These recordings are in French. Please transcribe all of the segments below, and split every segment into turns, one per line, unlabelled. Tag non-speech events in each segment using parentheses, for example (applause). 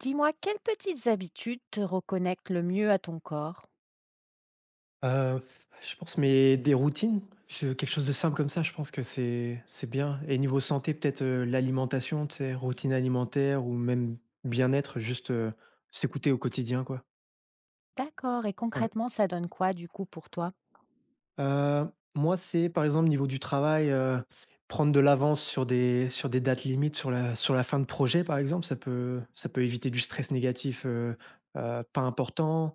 Dis-moi, quelles petites habitudes te reconnectent le mieux à ton corps?
Heu, je pense, mais des routines? Je quelque chose de simple comme ça, je pense que c'est bien et niveau santé, peut-être, l'alimentation, tu sais, routine alimentaire ou même bien-être, juste, s'écouter au quotidien, quoi.
D'accord, et
Ouais.
concrètement, ça donne quoi du coup pour toi?
Heu, Moi, c'est, par exemple, niveau du travail, prendre de l'avance sur des dates limites, sur la fin de projet, par exemple, ça peut éviter du stress négatif, pas important.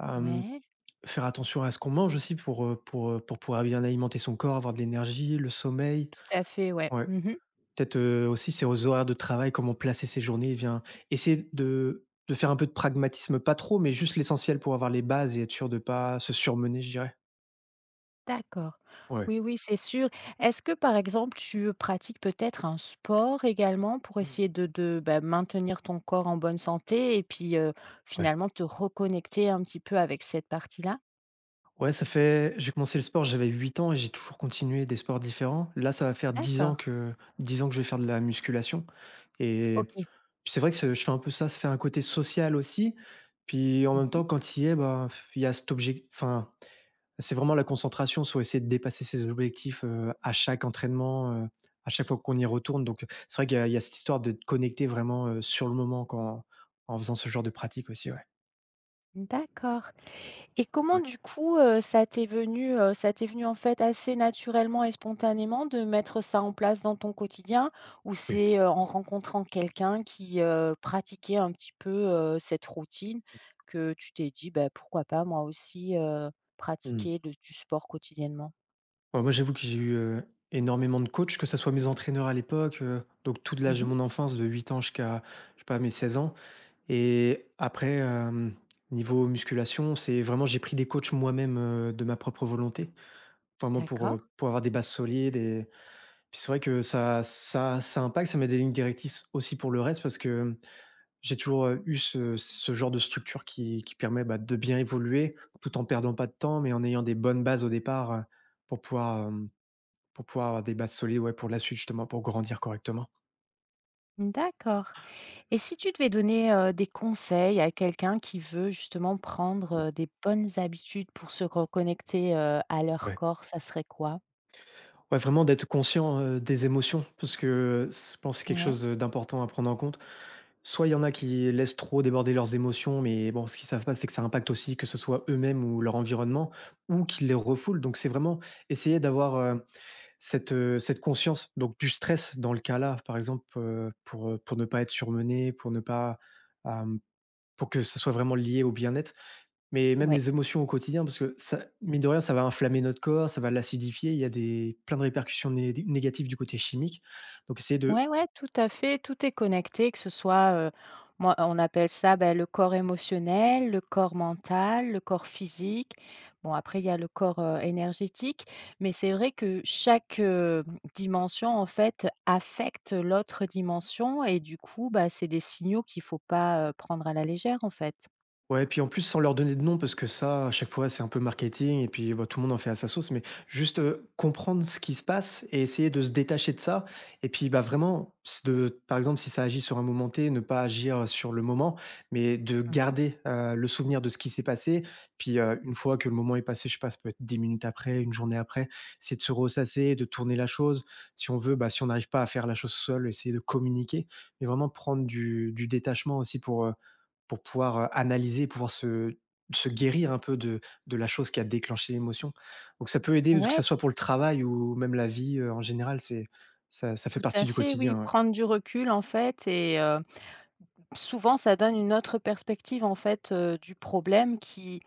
Hem
Ouais,
Faire attention à ce qu'on mange aussi pour pouvoir bien alimenter son corps, avoir de l'énergie, le sommeil.
tout à fait, ouais.
Ouais.
Mmh.
Peut-être, aussi c'est aux horaires de travail, comment placer ses journées, bien essayer de faire un peu de pragmatisme, pas trop, mais juste l'essentiel pour avoir les bases et être sûr de pas se surmener, je dirais.
D'accord.
Ouais.
Oui, oui, c'est sûr. Est-ce que, par exemple, tu pratiques peut-être un sport également pour
Mmh.
essayer bah, maintenir ton corps en bonne santé et puis
Ouais.
finalement te reconnecter un petit peu avec cette partie-là?
Ouais, ça fait j'ai commencé le sport, j'avais 8 ans et j'ai toujours continué des sports différents. Là, ça va faire dix
D'accord.
ans que dix ans que je vais faire de la musculation et
Ok.
puis c'est vrai que ce je fais un peu ça, ça fait un côté social aussi. Puis en même temps,
Mhm.
quand il y est, bah, il y a cet objectif. Enfin, c'est vraiment la concentration sur essayer de dépasser ses objectifs, à chaque entraînement, à chaque fois qu'on y retourne. Donc, c'est vrai qu'il y a cette histoire d'être connecter vraiment, sur le moment quand en faisant ce genre de pratique aussi, ouais.
D'accord. Et comment
Ouais,
du coup, ça t'est venu en fait assez naturellement et spontanément de mettre ça en place dans ton quotidien? Ou
oui.
c'est, en rencontrant quelqu'un qui, pratiquait un petit peu, cette routine que tu t'es dit: «Bah, pourquoi pas moi aussi,
Mmh mh.
pratiquer de du sport quotidiennement»?
Bah, moi, j'avoue que j'ai eu, énormément de coachs, que ça soit mes entraîneurs à l'époque, donc tout de l'âge de
Mmh.
mon enfance, de 8 ans jusqu'à, je sais pas, mes 16 ans. Et après, niveau musculation, c'est vraiment j'ai pris des coachs moi-même, de ma propre volonté, vraiment pour,
D'accord,
heu, pour avoir des bases solides et puis c'est vrai que ça impacte, ça met des lignes directrices aussi pour le reste parce que, j'ai toujours, eu ce genre de structure qui permet, bah, de bien évoluer tout en perdant pas de temps, mais en ayant des bonnes bases au départ, pour pouvoir, pour pouvoir avoir des bases solides, ouais, pour la suite justement, pour grandir correctement.
d'accord. Et si tu devais donner, des conseils à quelqu'un qui veut justement prendre, des bonnes habitudes pour se reconnecter, à leur
Ouais.
corps, ça serait quoi?
Ouais, vraiment d'être conscient, des émotions parce que, heu, je pense que c'est quelque
Ouais.
chose, d'important à prendre en compte. Soit il y en a qui laissent trop déborder leurs émotions, mais bon, ce qu'ils savent pas, c'est que ça impacte aussi que ce soit eux-mêmes ou leur environnement ou qu'ils les refoulent. Donc c'est vraiment essayer d'avoir, cette conscience donc du stress dans le cas-là, par exemple, pour ne pas être surmené, pour ne pas, hem, pour que ça soit vraiment lié au bien-être. Mais même
Ouais,
les émotions au quotidien, parce que ça mine de rien, ça va inflammer notre corps, ça va l'acidifier. Il y a des plein de répercussions né négatives du côté chimique. Donc essayer de.
ouais, tout à fait, tout est connecté, que ce soit, moi, on appelle ça, bah, le corps émotionnel, le corps mental, le corps physique. Bon, après, il y a le corps, énergétique, mais c'est vrai que chaque, dimension, en fait, affecte l'autre dimension et du coup, bah, c'est des signaux qu'il faut pas, prendre à la légère, en fait.
Ouais, puis en plus, sans leur donner de nom, parce que ça, à chaque fois, c'est un peu marketing, et puis bah, tout le monde en fait à sa sauce, mais juste comprendre ce qui se passe et essayer de se détacher de ça. Et puis, bah, vraiment, c'est de, par exemple, si ça agit sur un moment T, ne pas agir sur le moment, mais de
Mmh.
garder le souvenir de ce qui s'est passé. Puis, une fois que le moment est passé, je sais pas, ça peut être 10 minutes après, une journée après, c'est de se ressasser, de tourner la chose. Si on veut, bah, si on n'arrive pas à faire la chose seul, essayer de communiquer, mais vraiment prendre du détachement aussi pour pouvoir, analyser, pouvoir se guérir un peu de la chose qui a déclenché l'émotion. Donc ça peut aider, que
Ouais,
ça soit pour le travail ou même la vie, en général, c'est ça fait
tout
partie
à
du
fait, oui,
quotidien, ouais.
prendre du recul, en fait, et souvent, ça donne une autre perspective, en fait, du problème qui...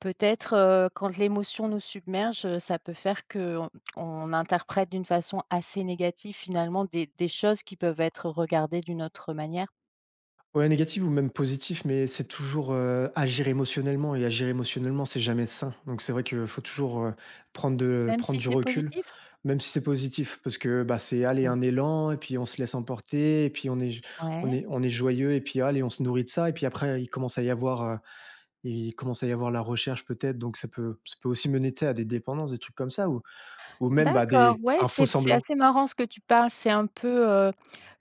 Peut-être, quand l'émotion nous submerge, ça peut faire que on interprète d'une façon assez négative, finalement, des choses qui peuvent être regardées d'une autre manière,
Ouais, négatif ou même positif, mais c'est toujours, agir émotionnellement et agir émotionnellement, c'est jamais sain. Donc c'est vrai qu'il faut toujours, prendre de
même
prendre
si
du
c'est
recul,
positif?
même si c'est positif parce que, bah, c'est aller
Mmh.
un élan et puis on se laisse emporter et puis on est on
Ouais.
est on est joyeux et puis allez, on se nourrit de ça et puis après il commence à y avoir, il commence à y avoir la recherche peut-être, donc ça peut aussi mener, tu sais, à des dépendances, des trucs comme ça ou même, bah,
D'accord,
des
ouais,
un faux
c'est
semblant.
assez marrant ce que tu parles. C'est un peu,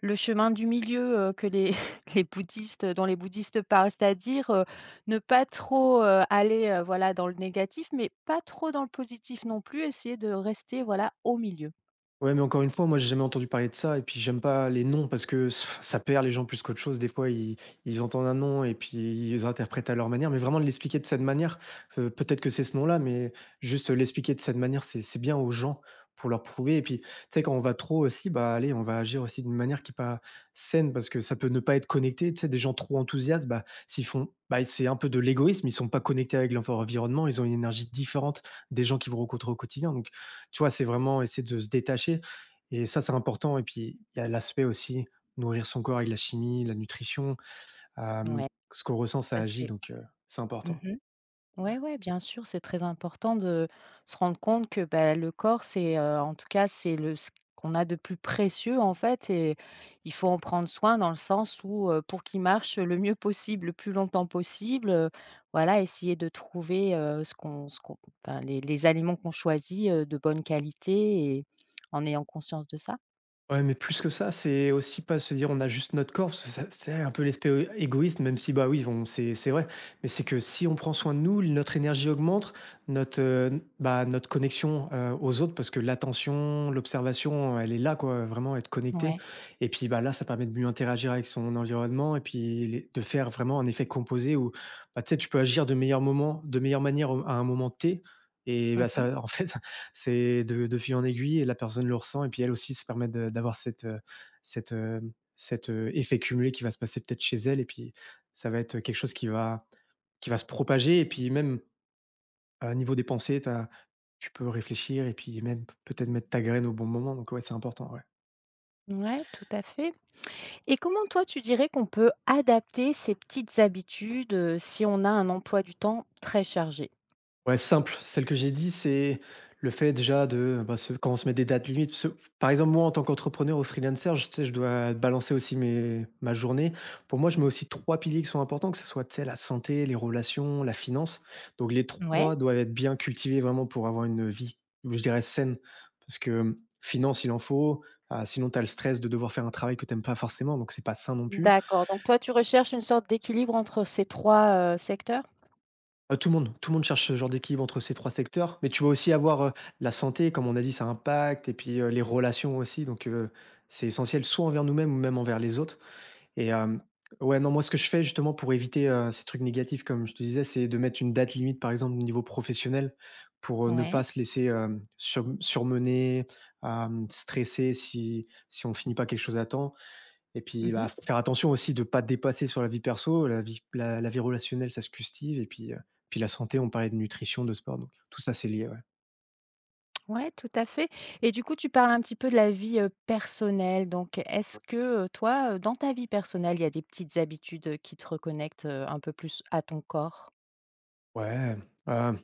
le chemin du milieu, que les (laughs) les bouddhistes parlent, c'est-à-dire, ne pas trop, aller, voilà, dans le négatif, mais pas trop dans le positif non plus, essayer de rester, voilà, au milieu.
Ouais, mais encore une fois, moi, j'ai jamais entendu parler de ça et puis j'aime pas les noms parce que ça perd les gens plus qu'autre chose. Des fois, ils entendent un nom et puis ils interprètent à leur manière, mais vraiment de l'expliquer de cette manière, peut-être que c'est ce nom-là, mais juste l'expliquer de cette manière, c'est bien aux gens pour leur prouver et puis, tu sais, quand on va trop aussi, bah, allez, on va agir aussi d'une manière qui est pas saine parce que ça peut ne pas être connecté. Tu sais, des gens trop enthousiastes, bah, s'ils font bah, c'est un peu de l'égoïsme, ils sont pas connectés avec l'environnement, ils ont une énergie différente des gens qui vont rencontrer au quotidien. Donc tu vois, c'est vraiment essayer de se détacher et ça, c'est important et puis il y a l'aspect aussi nourrir son corps avec la chimie, la nutrition, hem,
Ouais,
ce qu'on ressent,
ça
ça agit
c'est...
donc c'est important.
mmh. Ouais, ouais, bien sûr, c'est très important de se rendre compte que bah, le corps, c'est en tout cas, c'est le ce qu'on a de plus précieux en fait, et il faut en prendre soin dans le sens où pour qu'il marche le mieux possible, le plus longtemps possible, voilà, essayer de trouver ce enfin, les aliments qu'on choisit de bonne qualité et en ayant conscience de ça.
Ouais, mais plus que ça, c'est aussi pas se dire on a juste notre corps, parce que ça c'est un peu l'aspect, égoïste, même si, bah, oui, on c'est vrai. Mais c'est que si on prend soin de nous, notre énergie augmente, notre connexion, aux autres parce que l'attention, l'observation, elle est là quoi, vraiment être connecté.
Ouais.
Et puis, bah, là, ça permet de mieux interagir avec son environnement et puis les de faire vraiment un effet composé où, bah, tu sais, tu peux agir de meilleurs moments de meilleure manière au à un moment T et bah,
Mhm.
ça en fait (laughs) C'est de fil en aiguille et la personne le ressent et puis elle aussi se permet de d'avoir cette, heu, cet effet cumulé qui va se passer peut-être chez elle et puis ça va être quelque chose qui va se propager et puis même, niveau des pensées, tu peux réfléchir et puis même peut-être mettre ta graine au bon moment donc ouais, c'est important, ouais.
Ouais, tout à fait. Et comment toi, tu dirais qu'on peut adapter ces petites habitudes, si on a un emploi du temps très chargé?
Ouais, simple. Celle que j'ai dit, c'est le fait déjà de bah, quand on se met des dates limites, parce que, par exemple, moi, en tant qu'entrepreneur ou freelancer, je, tu sais, je dois balancer aussi ma journée. Pour moi, je mets aussi trois piliers qui sont importants, que ce soit tu sais, la santé, les relations, la finance. Donc, les
Ouais.
trois doivent être bien cultivés vraiment pour avoir une vie, je dirais, saine. Parce que finance, il en faut. Ah, sinon, tu as le stress de devoir faire un travail que tu n'aimes pas forcément. Donc, c'est pas sain non plus.
D'accord, donc toi, tu recherches une sorte d'équilibre entre ces 3 secteurs?
Tout le monde cherche ce genre d'équilibre entre ces 3 secteurs, mais tu vas aussi avoir, la santé, comme on a dit, ça impacte et puis, les relations aussi, donc c'est essentiel soit envers nous-mêmes ou même envers les autres et ouais, non, moi, ce que je fais justement pour éviter, ces trucs négatifs, comme je te disais, c'est de mettre une date limite, par exemple, au niveau professionnel pour, ne pas
Ouais.
se laisser, surmener, stresser si on finit pas quelque chose à temps. Et puis, bah,
Mmh.
faut faire attention aussi de pas dépasser sur la vie perso, la vie relationnelle, ça se cultive et puis, puis la santé, on parlait de nutrition, de sport, donc tout ça, c'est lié, ouais.
Ouais, tout à fait, et du coup, tu parles un petit peu de la vie, personnelle, donc est-ce que, toi, dans ta vie personnelle, il y a des petites habitudes, qui te reconnectent, un peu plus à ton corps?
Ouais, hem,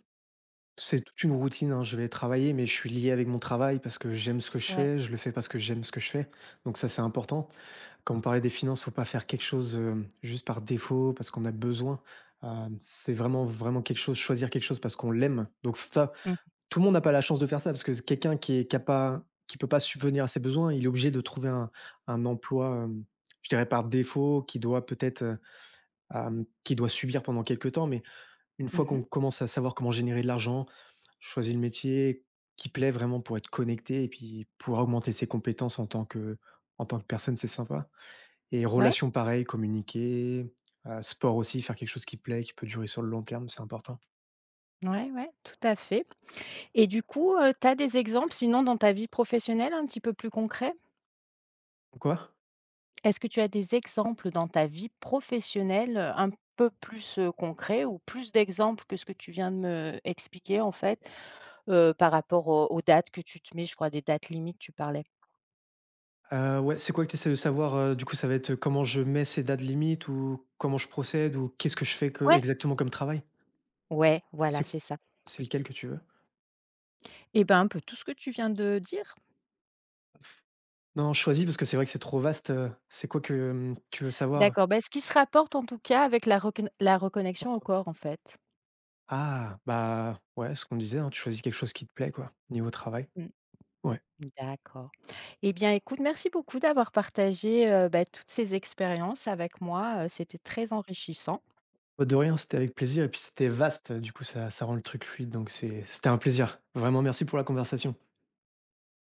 c'est toute une routine, hein. Je vais travailler, mais je suis lié avec mon travail parce que j'aime ce que je
Ouais.
fais, je le fais parce que j'aime ce que je fais, donc ça, c'est important. Quand on parlait des finances, faut pas faire quelque chose, juste par défaut, parce qu'on a besoin. C'est vraiment, vraiment quelque chose choisir quelque chose parce qu'on l'aime, donc ça,
Mmh.
tout le monde n'a pas la chance de faire ça parce que quelqu'un qui est capable, qui peut pas subvenir à ses besoins, il est obligé de trouver un emploi, je dirais par défaut, qui doit peut-être, qu'il doit subir pendant quelque temps. Mais une fois qu'on
Mmh.
commence à savoir comment générer de l'argent, choisir le métier qui plaît vraiment pour être connecté et puis pouvoir augmenter ses compétences en tant que personne, c'est sympa. Et
Ouais.
relations pareil, communiquer, sport aussi, faire quelque chose qui plaît, qui peut durer sur le long terme, c'est important.
Ouais, ouais, tout à fait. Et du coup, tu as des exemples sinon dans ta vie professionnelle un petit peu plus concrets?
Quoi?
Est-ce que tu as des exemples dans ta vie professionnelle, un peu plus, concrets, ou plus d'exemples que ce que tu viens de me expliquer en fait, par rapport aux dates que tu te mets, je crois, des dates limites tu parlais?
Ouais, c'est quoi que tu essaies de savoir, du coup, ça va être, comment je mets ces dates limites ou comment je procède ou qu'est-ce que je fais que
Ouais,
exactement comme travail?
ouais, voilà
C'est
c'est ça.
c'est lequel que tu veux?
Et ben, un peu tout ce que tu viens de dire.
Non, choisis parce que c'est vrai que c'est trop vaste, c'est quoi que, tu veux savoir?
D'accord, ben ce qui se rapporte en tout cas avec la reconnexion au corps en fait?
Ah, bah, ouais, ce qu'on disait, hein, tu choisis quelque chose qui te plaît, quoi, niveau travail.
Mmh,
Ouais.
d'accord. Eh bien, écoute, merci beaucoup d'avoir partagé, bah, toutes ces expériences avec moi, c'était très enrichissant.
Bah, de rien, c'était avec plaisir et puis c'était vaste, du coup, ça rend le truc fluide donc c'était un plaisir. Vraiment merci pour la conversation.